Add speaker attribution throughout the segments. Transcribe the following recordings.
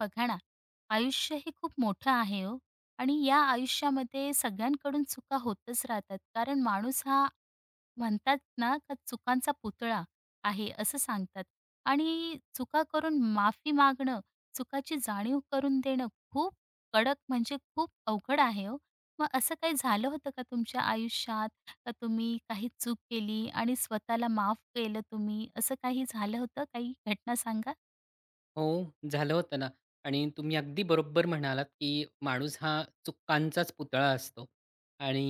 Speaker 1: बघा ना, आयुष्य हे खूप मोठं आहे ओ आणि या आयुष्यामध्ये सगळ्यांकडून चुका होतच राहतात. कारण माणूस हा म्हणतात ना, का चुकांचा पुतळा आहे असं सांगतात आणि चुका करून माफी मागणं, चुकाची जाणीव करून देणं खूप कडक म्हणजे खूप अवघड आहे ओ. मग असं काही झालं होतं का तुमच्या आयुष्यात? का तुम्ही काही चूक केली आणि स्वतःला माफ केलं तुम्ही, असं काही झालं होतं? काही घटना सांगा?
Speaker 2: हो, झालं होतं ना आणि तुम्ही अगदी बरोबर म्हणालात, की माणूस हा चुकांचाच पुतळा असतो आणि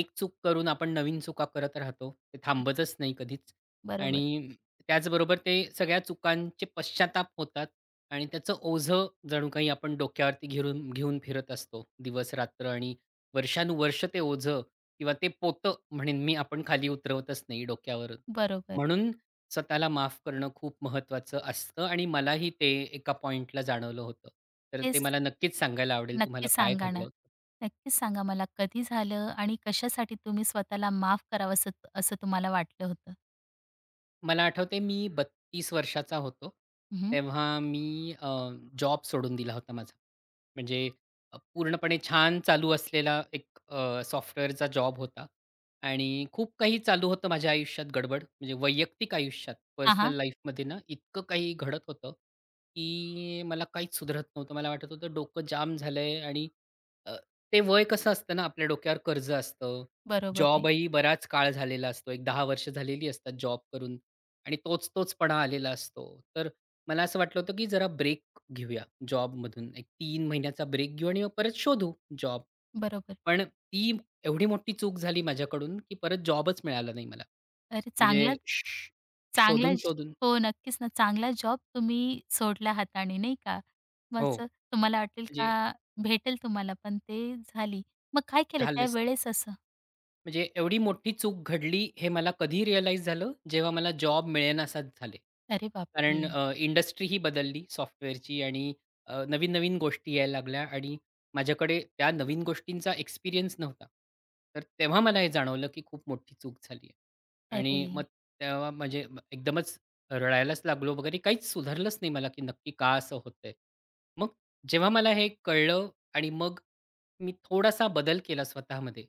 Speaker 2: एक चूक करून आपण नवीन चुका करत राहतो. ते थांबतच नाही कधीच
Speaker 1: बरोबर,
Speaker 2: आणि त्याचबरोबर ते सगळ्या चुकांचे पश्चाताप होतात आणि त्याचं ओझं जणू काही आपण डोक्यावरती घेरून घेऊन फिरत असतो दिवस-रात्र आणि वर्षानुवर्ष ते ओझं किंवा ते पोतं म्हणेन मी आपण खाली उतरवतच नाही डोक्यावरून.
Speaker 1: बरोबर.
Speaker 2: म्हणून स्वतःला माफ करणं खूप महत्त्वाचं असतं आणि मलाही ते एका पॉइंटला जाणवलं होतं. तर ते
Speaker 1: तेच
Speaker 2: मला नक्कीच सांगायला आवडेल तुम्हाला
Speaker 1: नक्कीच
Speaker 2: काय
Speaker 1: सांगा ना.
Speaker 2: घडलं होतं?
Speaker 1: नक्कीच सांगा मला कधी झालं आणि कशासाठी तुम्ही स्वतःला माफ करावंसं असं असं तुम्हाला वाटलं होतं?
Speaker 2: मला आठवतंय मी 32 वर्षाचा होतो.
Speaker 1: हं, हं.
Speaker 2: तेव्हा मी जॉब सोडून दिला होता माझा. म्हणजे पूर्णपणे छान चालू असलेला एक सॉफ्टवेअरचा जॉब होता आणि खूप काही चालू होतं माझ्या आयुष्यात गडबड. म्हणजे वैयक्तिक आयुष्यात,
Speaker 1: हां,
Speaker 2: पर्सनल लाईफमध्ये ना इतकं काही घडत होतं, की मला काहीच सुधरत नव्हतं. मला वाटत होतं डोकं जाम झालंय आणि अ, ते वय कसं असतं ना आपल्या डोक्यावर कर्ज असतं.
Speaker 1: बरोबर आहे.
Speaker 2: जॉबही बराच काळ झालेला असतो. एक 10 वर्ष झालेली असतात जॉब करून. आणि तोच-तोचपणा आलेला असतो. तर मला असं वाटलं होतं, की जरा ब्रेक घेऊया जॉबमधून. एक 3 महिन्याचा ब्रेक घेऊ आणि मग परत शोधू जॉब.
Speaker 1: बरोबर.
Speaker 2: पण ती एवढी मोठी चूक झाली माझ्याकडून, की परत जॉबच मिळाला नाही मला.
Speaker 1: अरे चांगला
Speaker 2: म्हणजे
Speaker 1: चांगला
Speaker 2: शोधून,
Speaker 1: ज-
Speaker 2: शोधून
Speaker 1: हो, नक्कीच ना. चांगला जॉब तुम्ही सोडला हाताने नाही का? मग
Speaker 2: हो,
Speaker 1: असं तुम्हाला वाटेल
Speaker 2: म्हणजे
Speaker 1: का भेटेल तुम्हाला पण ते झाली. मग काय केलं
Speaker 2: झालेच नाही.
Speaker 1: त्यावेळेस असं?
Speaker 2: म्हणजे एवढी मोठी चूक घडली हे मला कधी रिअलाईज झालं, जेव्हा मला जॉब मिळेनासाच झाले.
Speaker 1: अरे
Speaker 2: कारण
Speaker 1: बापरे!
Speaker 2: इंडस्ट्री ही बदलली सॉफ्टवेअरची आणि नवीन-नवीन गोष्टी यायला लागल्या आणि माझ्याकडे त्या नवीन गोष्टींचा एक्सपिरियन्स नव्हता. तर तेव्हा मला हे जाणवलं, की खूप मोठी चूक झाली आहे
Speaker 1: अरे!
Speaker 2: आणि मग तेव्हा म्हणजे एकदमच रडायलाच लागलो वगैरे काहीच सुधारलंच नाही मला, की नक्की का असं होतंय. मग जेव्हा मला हे कळलं आणि मग मी थोडासा बदल केला स्वतःमध्ये.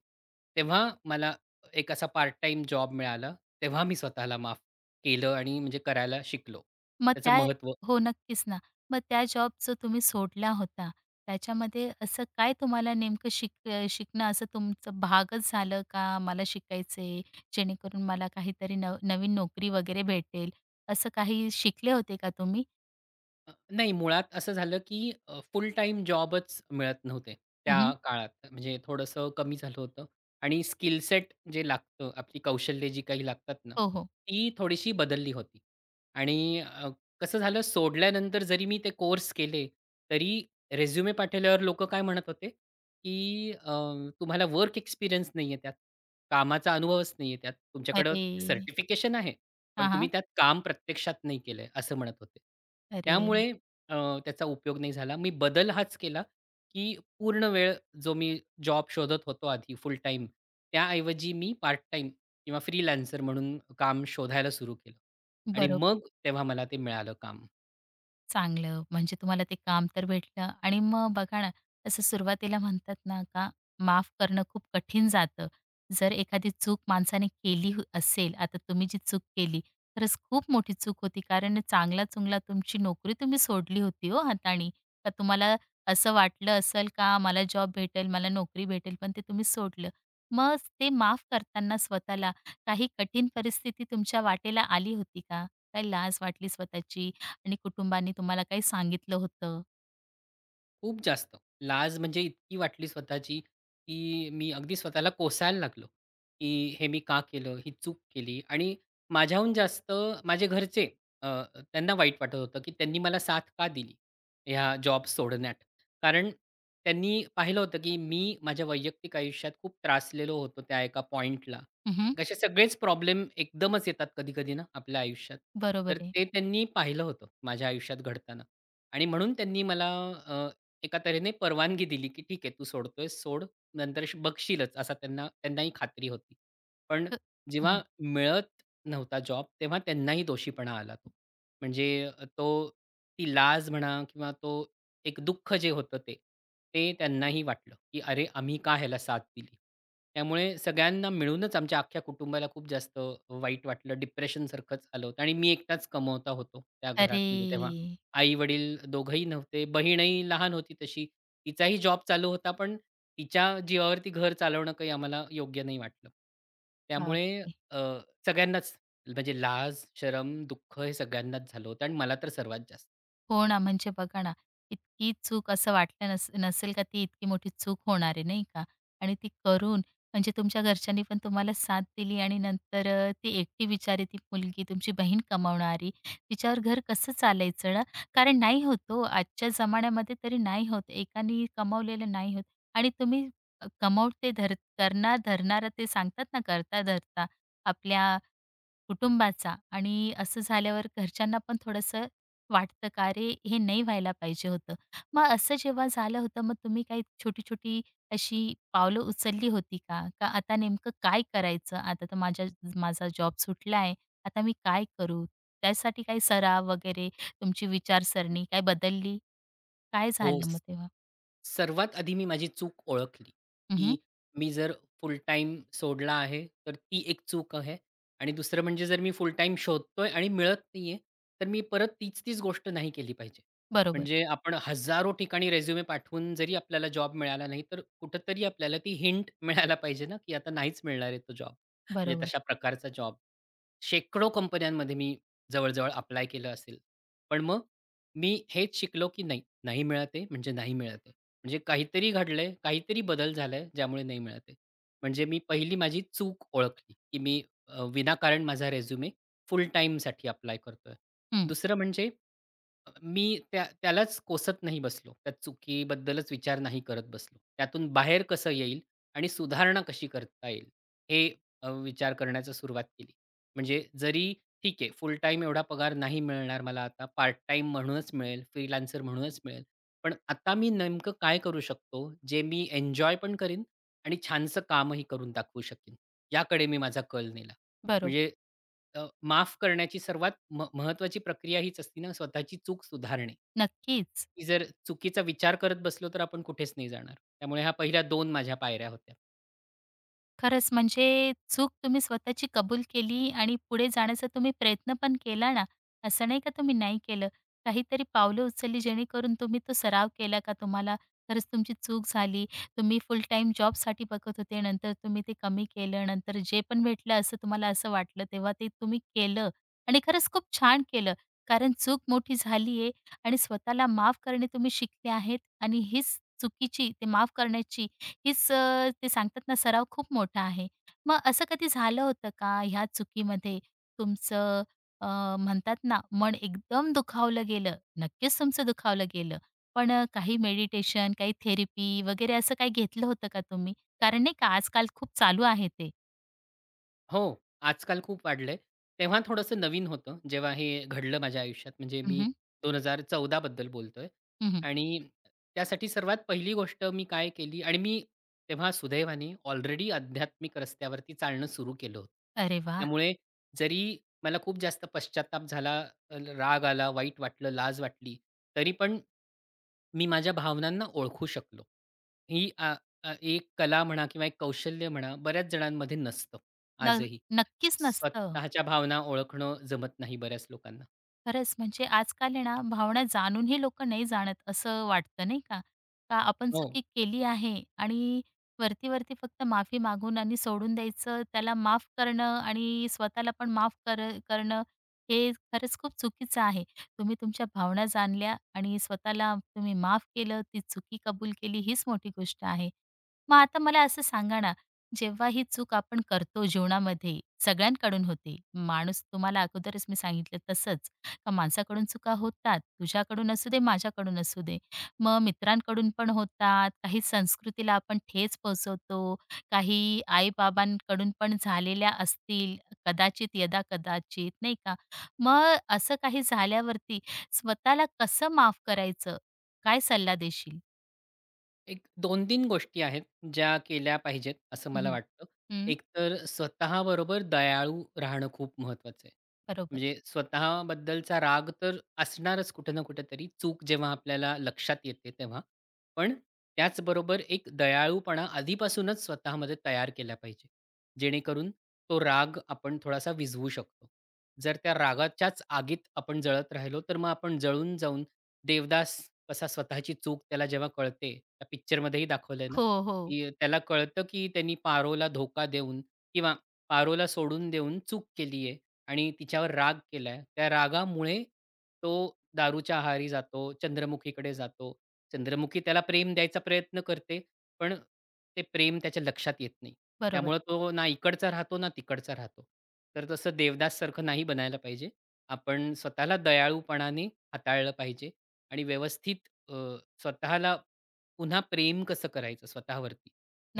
Speaker 2: तेव्हा मला एक असा पार्ट टाइम जॉब मिळाला. तेव्हा मी स्वतःला माफ केलं आणि म्हणजे करायला शिकलो.
Speaker 1: मग
Speaker 2: त्याचं
Speaker 1: त्या
Speaker 2: महत्त्व
Speaker 1: हो, नक्कीच ना. मग त्या जॉब जो तुम्ही सोडला होता, त्याच्यामध्ये असं काय तुम्हाला नेमकं शिकणं असं तुमचं भागच झालं का? मला शिकायचंय, जेणेकरून मला काहीतरी नवीन नोकरी वगैरे भेटेल, असं काही शिकले होते का तुम्ही?
Speaker 2: नाही मुळात असं झालं, की फुल टाइम जॉबच मिळत नव्हते त्या
Speaker 1: हं, हं.
Speaker 2: काळात. म्हणजे थोडंसं कमी झालं होतं आणि स्किल सेट जे लागतं, आपली कौशल्ये जी काही लागतात ना,
Speaker 1: हो, हो.
Speaker 2: ती थोडीशी बदलली होती. आणि कसं झालं सोडल्यानंतर जरी मी ते कोर्स केले, तरी रिझ्युमे पाठवल्यावर लोकं काय म्हणत होते, की "तुम्हाला वर्क एक्सपिरियन्स नाहीये त्यात. कामाचा अनुभवच नाहीये त्यात. तुमच्याकडं
Speaker 1: अरे!
Speaker 2: सर्टिफिकेशन आहे, पण
Speaker 1: हां,
Speaker 2: तुम्ही
Speaker 1: हां.
Speaker 2: त्यात काम प्रत्यक्षात नाही केलंय, असं म्हणत होते.
Speaker 1: अरे!
Speaker 2: त्यामुळे अ, त्याचा उपयोग नाही झाला. मी बदल हाच केला, की पूर्ण वेळ जो मी जॉब शोधत होतो आधी फुल टाईम, त्याऐवजी मी पार्ट टाईम किंवा फ्रीलान्सर म्हणून काम शोधायला सुरू केलं आणि
Speaker 1: बरोबर.
Speaker 2: मग तेव्हा मला ते मिळालं काम.
Speaker 1: चांगलं. म्हणजे तुम्हाला ते काम तर भेटलं आणि मग बघा ना, तसं सुरुवातीला म्हणतात ना का माफ करणं खूप कठीण जातं. जर एखादी चूक माणसाने केली असेल, आता तुम्ही जी चूक केली, खरंच खूप मोठी चूक होती. कारण चांगला-चुंगला तुमची नोकरी तुम्ही सोडली होती हो हाताळणी. का तुम्हाला असं वाटलं असेल का मला जॉब भेटेल, मला नोकरी भेटेल, पण ते तुम्ही सोडलं. मग ते माफ करताना स्वतःला काही कठीण परिस्थिती तुमच्या वाटेला आली होती का? काही लाज वाटली स्वतःची? आणि कुटुंबाने तुम्हाला काही सांगितलं होतं.
Speaker 2: खूप जास्त. लाज म्हणजे इतकी वाटली स्वतःची, की मी अगदी स्वतःला कोसायला लागलो, की हे मी का केलं? ही चूक केली आणि माझ्याहून जास्त माझे घरचे अ, त्यांना वाईट वाटत होतं, की त्यांनी मला साथ का दिली? ह्या जॉब सोडण्यात. कारण त्यांनी पाहिलं होतं, की मी माझ्या वैयक्तिक आयुष्यात खूप त्रासलेलो होतो त्या एका पॉइंटला.
Speaker 1: हं, हं.
Speaker 2: असे सगळेच प्रॉब्लेम एकदमच येतात कधी-कधी ना आपल्या आयुष्यात.
Speaker 1: बरोबर
Speaker 2: तर
Speaker 1: आहे.
Speaker 2: ते त्यांनी पाहिलं होतं माझ्या आयुष्यात घडताना आणि म्हणून त्यांनी मला एका तऱ्हेने परवानगी दिली, की ठीक आहे तू सोडतोयस सोड. नंतर बघशीलच असा त्यांनाही खात्री होती. पण
Speaker 1: हं,
Speaker 2: जेव्हा
Speaker 1: हं.
Speaker 2: मिळत नव्हता जॉब तेव्हा त्यांनाही दोषीपणा आला तो. म्हणजे अ, तो ती लाज म्हणा किंवा तो एक दुःख जे होतं ते, ते त्यांनाही वाटलं, की अरे आम्ही का ह्याला साथ दिली? त्यामुळे सगळ्यांना मिळूनच आमच्या अख्ख्या कुटुंबाला खूप जास्त वाईट वाटलं. डिप्रेशनसारखंच आलं होतं आणि मी एकटाच कमवता होतो त्या घरात
Speaker 1: अरे
Speaker 2: म्हणजे तेव्हा. आई-वडील दोघंही नव्हते. बहीणही लहान होती तशी. तिचाही जॉब चालू होता, पण तिच्या जीवावरती घर चालवणं काही आम्हाला योग्य नाही वाटलं. त्यामुळे
Speaker 1: बापरे!
Speaker 2: अ, सगळ्यांनाच म्हणजे लाज, शरम, दुःख हे सगळ्यांनाच झालं होतं आणि मला तर सर्वात जास्त.
Speaker 1: हो ना, म्हणजे बघा ना, इतकी चूक असं वाटलं नसेल का ती इतकी मोठी चूक होणार आहे, नाही का? आणि ती करून म्हणजे तुमच्या घरच्यांनी पण तुम्हाला साथ दिली आणि नंतर ती एकटी बिचारी ती मुलगी, तुमची बहीण कमावणारी, तिच्यावर घर कसं चालायचं ना? कारण नाही होत हो, आजच्या जमान्यामध्ये तरी नाही होत. एकाने कमावलेलं नाही होत आणि तुम्ही कमवते धर धरणारा ते सांगतात ना, करता-धरता आपल्या कुटुंबाचा आणि असं झाल्यावर घरच्यांना पण थोडंसं वाटतं का, "अरे, हे नाही व्हायला पाहिजे होतं." मग असं जेव्हा झालं होतं, मग तुम्ही काही छोटी-छोटी अशी पावलं उचलली होती का? का आता नेमकं काय करायचं? आता तर माझा जॉब सुटला आहे. आता मी काय करू? त्यासाठी काही सराव वगैरे तुमची विचारसरणी काय बदलली? काय
Speaker 2: हो.
Speaker 1: झालं मग तेव्हा?
Speaker 2: सर्वात आधी मी माझी चूक ओळखली, की
Speaker 1: हं,
Speaker 2: मी जर फुल टाईम सोडला आहे, तर ती एक चूक आहे आणि दुसरं म्हणजे जर मी फुल टाईम शोधतोय आणि मिळत नाहीये, तर मी परत तीच-तीच गोष्ट नाही केली पाहिजे.
Speaker 1: बरोबर,
Speaker 2: म्हणजे आपण हजारो ठिकाणी रिझ्यूमे पाठवून जरी आपल्याला जॉब मिळाला नाही, तर कुठेतरी आपल्याला ती हिंट मिळायला पाहिजे ना, की आता नाहीच मिळणार आहे तो जॉब. म्हणजे
Speaker 1: बरोबर.
Speaker 2: तशा प्रकारचा जॉब. शेकडो कंपन्यांमध्ये मी जवळ अप्लाय केलं असेल. पण मग मी हेच शिकलो, की नाही नाही मिळत आहे, म्हणजे नाही मिळत म्हणजे काहीतरी घडलंय, काहीतरी बदल झालाय, ज्यामुळे नाही मिळत म्हणजे मी पहिली माझी चूक ओळखली, की मी विनाकारण माझा रिझ्यूमे फुल टाईमसाठी अप्लाय करतोय.
Speaker 1: हं,
Speaker 2: दुसरं म्हणजे मी त्यालाच कोसत नाही बसलो. त्या चुकीबद्दलच विचार नाही करत बसलो. त्यातून बाहेर कसं येईल आणि सुधारणा कशी करता येईल, हे विचार करण्याची सुरुवात केली. म्हणजे जरी ठीक आहे, फुल टाईम एवढा पगार नाही मिळणार मला आता, पार्ट टाईम म्हणूनच मिळेल, फ्रीलान्सर म्हणूनच मिळेल. पण आता मी नेमकं काय करू शकतो, जे मी एन्जॉय पण करीन आणि छानसं कामही करून दाखवू शकेन, याकडे मी माझा कल नेला.
Speaker 1: बरोबर.
Speaker 2: म्हणजे माफ करण्याची सर्वात महत्त्वाची प्रक्रिया हीच असते ना, स्वतःची चूक सुधारणे.
Speaker 1: नक्कीच.
Speaker 2: की जर चुकीचा विचार करत बसलो, तर आपण कुठेच नाही जाणार. त्यामुळे ह्या पहिल्या 2 माझ्या पायऱ्या होत्या.
Speaker 1: खरंच म्हणजे चूक तुम्ही स्वतःची कबूल केली आणि पुढे जाण्याचा तुम्ही प्रयत्न पण केला ना. असं नाही का तुम्ही नाही केलं. काहीतरी पावलं उचलली जेणेकरून तुम्ही तो सराव केला का तुम्हाला खरंच तुमची चूक झाली. तुम्ही फुल टाईम जॉबसाठी बघत होते. नंतर तुम्ही ते कमी केलं. नंतर जे पण भेटलं असं तुम्हाला असं वाटलं तेव्हा ते तुम्ही केलं आणि खरंच खूप छान केलं. कारण चूक मोठी झाली आहे आणि स्वतःला माफ करणे तुम्ही शिकले आहेत आणि हीच चुकीची ते माफ करण्याची हीच ते सांगतात ना सराव खूप मोठा आहे. मग असं कधी झालं होतं का ह्या चुकीमध्ये तुमचं अ, म्हणतात ना मन एकदम दुखावलं गेलं? नक्कीच तुमचं दुखावलं गेलं. पण काही मेडिटेशन, काही थेरपी वगैरे असं काही घेतलं होतं का तुम्ही? कारण नाही का आजकाल खूप चालू आहे ते.
Speaker 2: हो, आजकाल खूप वाढलंय. तेव्हा थोडंसं नवीन होतं, जेव्हा हे घडलं माझ्या आयुष्यात. म्हणजे
Speaker 1: हं,
Speaker 2: मी
Speaker 1: हं.
Speaker 2: 2014 बद्दल बोलतोय आणि त्यासाठी सर्वात पहिली गोष्ट मी काय केली आणि मी तेव्हा सुदैवाने ऑलरेडी आध्यात्मिक रस्त्यावरती चालणं सुरू केलं होतं.
Speaker 1: अरे वाह!
Speaker 2: त्यामुळे जरी मला खूप जास्त पश्चात्ताप झाला, राग आला, वाईट वाटलं, लाज वाटली, तरी पण मी माझ्या भावनांना ओळखू शकलो. ही अ, अ, एक कला म्हणा किंवा एक कौशल्य म्हणा, बऱ्याच जणांमध्ये नसतं.
Speaker 1: न
Speaker 2: आजही.
Speaker 1: नक्कीच नसतं.
Speaker 2: स्वतःच्या भावना ओळखणं जमत नाही बऱ्याच लोकांना.
Speaker 1: खरंच म्हणजे आजकाल आहे ना भावना जाणूनही लोक नाही जाणत असं वाटतं नाही का? का आपण
Speaker 2: हो.
Speaker 1: चुकी केली आहे आणि वरती, वरती फक्त माफी मागून आणि सोडून द्यायचं, त्याला माफ करणं आणि स्वतःला पण माफ करणं हे खरंच खूप चुकीचं आहे. तुम्ही तुमच्या भावना जाणल्या आणि स्वतःला तुम्ही माफ केलं, ती चुकी कबूल केली हीच मोठी गोष्ट आहे. मग आता मला असं सांगा ना, जेव्हा ही चूक आपण करतो जीवनामध्ये सगळ्यांकडून होते, माणूस तुम्हाला अगोदरच मी सांगितलं तसंच. का माणसाकडून चुका होतात, तुझ्याकडून असू दे, माझ्याकडून असू दे. मग मित्रांकडून पण होतात, काही संस्कृतीला आपण ठेच पोहोचवतो, काही आई-बाबांकडून पण झालेल्या असतील कदाचित, यदा-कदाचित, नाही का? मग असं काही झाल्यावरती स्वतःला कसं माफ करायचं? काय सल्ला देशील?
Speaker 2: एक दोन 3 गोष्टी आहेत, ज्या केल्या पाहिजेत असं
Speaker 1: हं,
Speaker 2: मला
Speaker 1: हं.
Speaker 2: वाटतं. एक तर स्वतःबरोबर दयाळू राहणं खूप महत्वाचं आहे.
Speaker 1: बरोबर.
Speaker 2: म्हणजे स्वतःबद्दलचा राग तर असणारच कुठं ना कुठेतरी, चूक जेव्हा आपल्याला लक्षात येते तेव्हा. पण त्याचबरोबर एक दयाळूपणा आधीपासूनच स्वतःमध्ये तयार केला पाहिजे. जेणेकरून तो राग आपण थोडासा विझवू शकतो. जर त्या रागाच्याच आगीत आपण जळत राहिलो, तर मग आपण जळून जाऊन देवदास कसा स्वतःची चूक त्याला जेव्हा कळते, त्या पिक्चरमध्येही दाखवलंय ना,
Speaker 1: हो, हो.
Speaker 2: की त्याला कळतं, की त्यांनी पारोला धोका देऊन किंवा पारोला सोडून देऊन चूक केली आहे आणि तिच्यावर राग केलाय. त्या रागामुळे तो दारूच्या आहारी जातो, चंद्रमुखीकडे जातो. चंद्रमुखी त्याला प्रेम द्यायचा प्रयत्न करते, पण ते प्रेम त्याच्या लक्षात येत नाही.
Speaker 1: बरोबर.
Speaker 2: त्यामुळे तो ना इकडचा राहतो, ना तिकडचा राहतो. तर तसं देवदाससारखं नाही बनायला पाहिजे. आपण स्वतःला दयाळूपणाने हाताळलं पाहिजे आणि व्यवस्थित अ, स्वतःला पुन्हा प्रेम कसं करायचं स्वतःवरती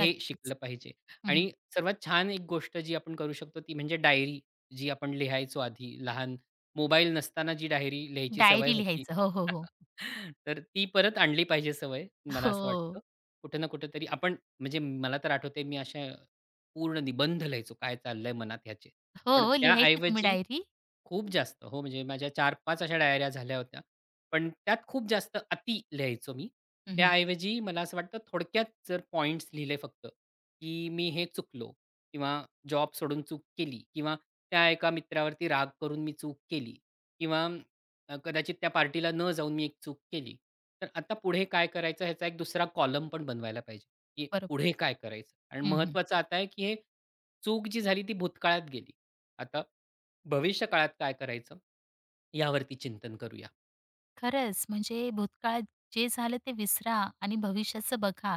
Speaker 2: हे शिकलं पाहिजे.
Speaker 1: हं,
Speaker 2: आणि सर्वात छान एक गोष्ट जी आपण करू शकतो ती म्हणजे डायरी जी आपण लिहायचो आधी लहान मोबाईल नसताना जी डायरी लिहायची सवय
Speaker 1: डायरी
Speaker 2: होती.
Speaker 1: लिहायचं. हो, हो, हो.
Speaker 2: तर ती परत आणली पाहिजे सवय मला
Speaker 1: हो.
Speaker 2: असं वाटतं. कुठे ना कुठेतरी आपण म्हणजे मला तर आठवतंय मी अशा पूर्ण निबंध लिहायचो काय चाललंय मनात ह्याचे. पण
Speaker 1: हो, लिहायची तुम्ही
Speaker 2: त्याऐवजी
Speaker 1: डायरी?
Speaker 2: खूप जास्त. हो, म्हणजे माझ्या चार पाच अशा डायऱ्या झाल्या होत्या. पण त्यात खूप जास्त अति लिहायचो मी.
Speaker 1: हं,
Speaker 2: त्याऐवजी मला असं वाटतं थोडक्यात जर पॉइंट्स लिहिले फक्त, की मी हे चुकलो किंवा जॉब सोडून चूक केली किंवा त्या एका मित्रावरती राग करून मी चूक केली किंवा कदाचित त्या पार्टीला न जाऊन मी एक चूक केली. तर आता पुढे काय करायचं ह्याचा एक दुसरा कॉलम पण बनवायला पाहिजे, की
Speaker 1: बरोबर.
Speaker 2: पुढे काय करायचं? आणि
Speaker 1: हं,
Speaker 2: महत्वाचं आता आहे, की हे चूक जी झाली ती भूतकाळात गेली. आता भविष्यकाळात काय करायचं यावरती चिंतन करूया.
Speaker 1: खरंच, म्हणजे भूतकाळात जे झालं ते विसरा आणि भविष्याचं बघा.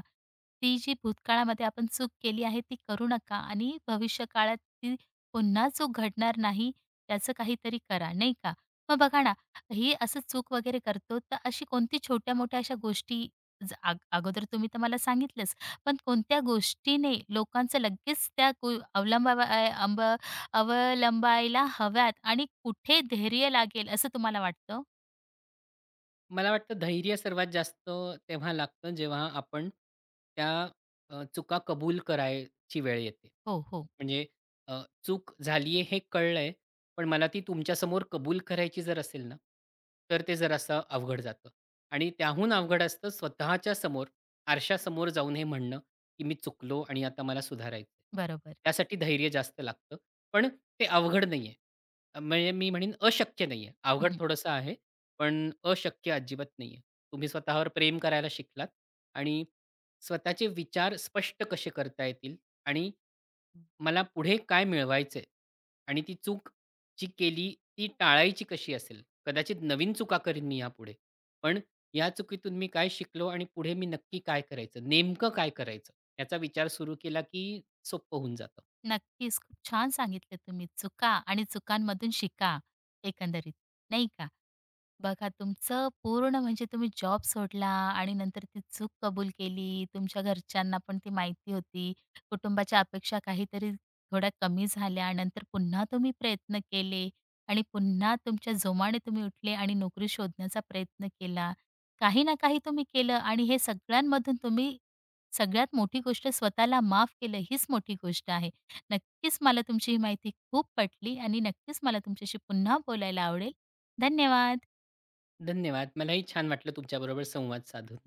Speaker 1: ती जी भूतकाळामध्ये आपण चूक केली आहे ती करू नका आणि भविष्यकाळात ती पुन्हा चूक घडणार नाही त्याचं काहीतरी करा, नाही का? मग बघा ना, ही असं चूक वगैरे करतो तर अशी कोणती छोट्या-मोठ्या अशा गोष्टी ज अग अगोदर तुम्ही तर मला सांगितलंच, पण कोणत्या गोष्टीने लोकांचं लगेच त्या गो अवलंबावा अ, अंब अवलंबायला हव्यात आणि कुठे धैर्य लागेल असं तुम्हाला वाटतं?
Speaker 2: मला वाटतं धैर्य सर्वात जास्त तेव्हा लागतं जेव्हा आपण त्या चुका कबूल करायची वेळ येते.
Speaker 1: हो, हो.
Speaker 2: म्हणजे चूक झाली आहे हे कळलंय, पण मला ती तुमच्यासमोर कबूल करायची जर असेल ना, तर ते जरासं अवघड जातं आणि त्याहून अवघड असतं स्वतःच्या समोर, आरशासमोर जाऊन हे म्हणणं, की "मी चुकलो आणि आता मला सुधारायचं आहे."
Speaker 1: बरोबर.
Speaker 2: त्यासाठी धैर्य जास्त लागतं. पण ते अवघड नाहीये. म्हणजे मी म्हणेन अशक्य नाहीये. अवघड
Speaker 1: हं,
Speaker 2: थोडंसं आहे, पण अशक्य अजिबात नाहीये. तुम्ही स्वतःवर प्रेम करायला शिकलात आणि स्वतःचे विचार स्पष्ट कसे करता येतील आणि मला पुढे काय मिळवायचंय आणि ती चूक जी केली ती टाळायची कशी असेल? कदाचित नवीन चुका करीन मी यापुढे. पण या चुकीतून मी काय शिकलो आणि पुढे मी नक्की काय करायचं? नेमकं काय करायचं? याचा विचार सुरू केला की सोपं होऊन जातं.
Speaker 1: नक्कीच. खूप छान सांगितलं तुम्ही. चुका आणि चुकांमधून शिका एकंदरीत, नाही का? बघा तुमचं पूर्ण म्हणजे तुम्ही जॉब सोडला आणि नंतर ती चूक कबूल केली. तुमच्या घरच्यांना पण ती माहिती होती. कुटुंबाच्या अपेक्षा काहीतरी थोड्या कमी झाल्या. नंतर पुन्हा तुम्ही प्रयत्न केले आणि पुन्हा तुमच्या जोमाने तुम्ही उठले आणि नोकरी शोधण्याचा प्रयत्न केला. काही ना काही तुम्ही केलं आणि हे सगळ्यांमधून तुम्ही सगळ्यात मोठी गोष्ट स्वतःला माफ केलं हीच मोठी गोष्ट आहे. नक्कीच मला तुमची ही माहिती खूप पटली आणि नक्कीच मला तुमच्याशी पुन्हा बोलायला आवडेल. धन्यवाद.
Speaker 2: धन्यवाद. मलाही छान वाटलं तुमच्याबरोबर संवाद साधून.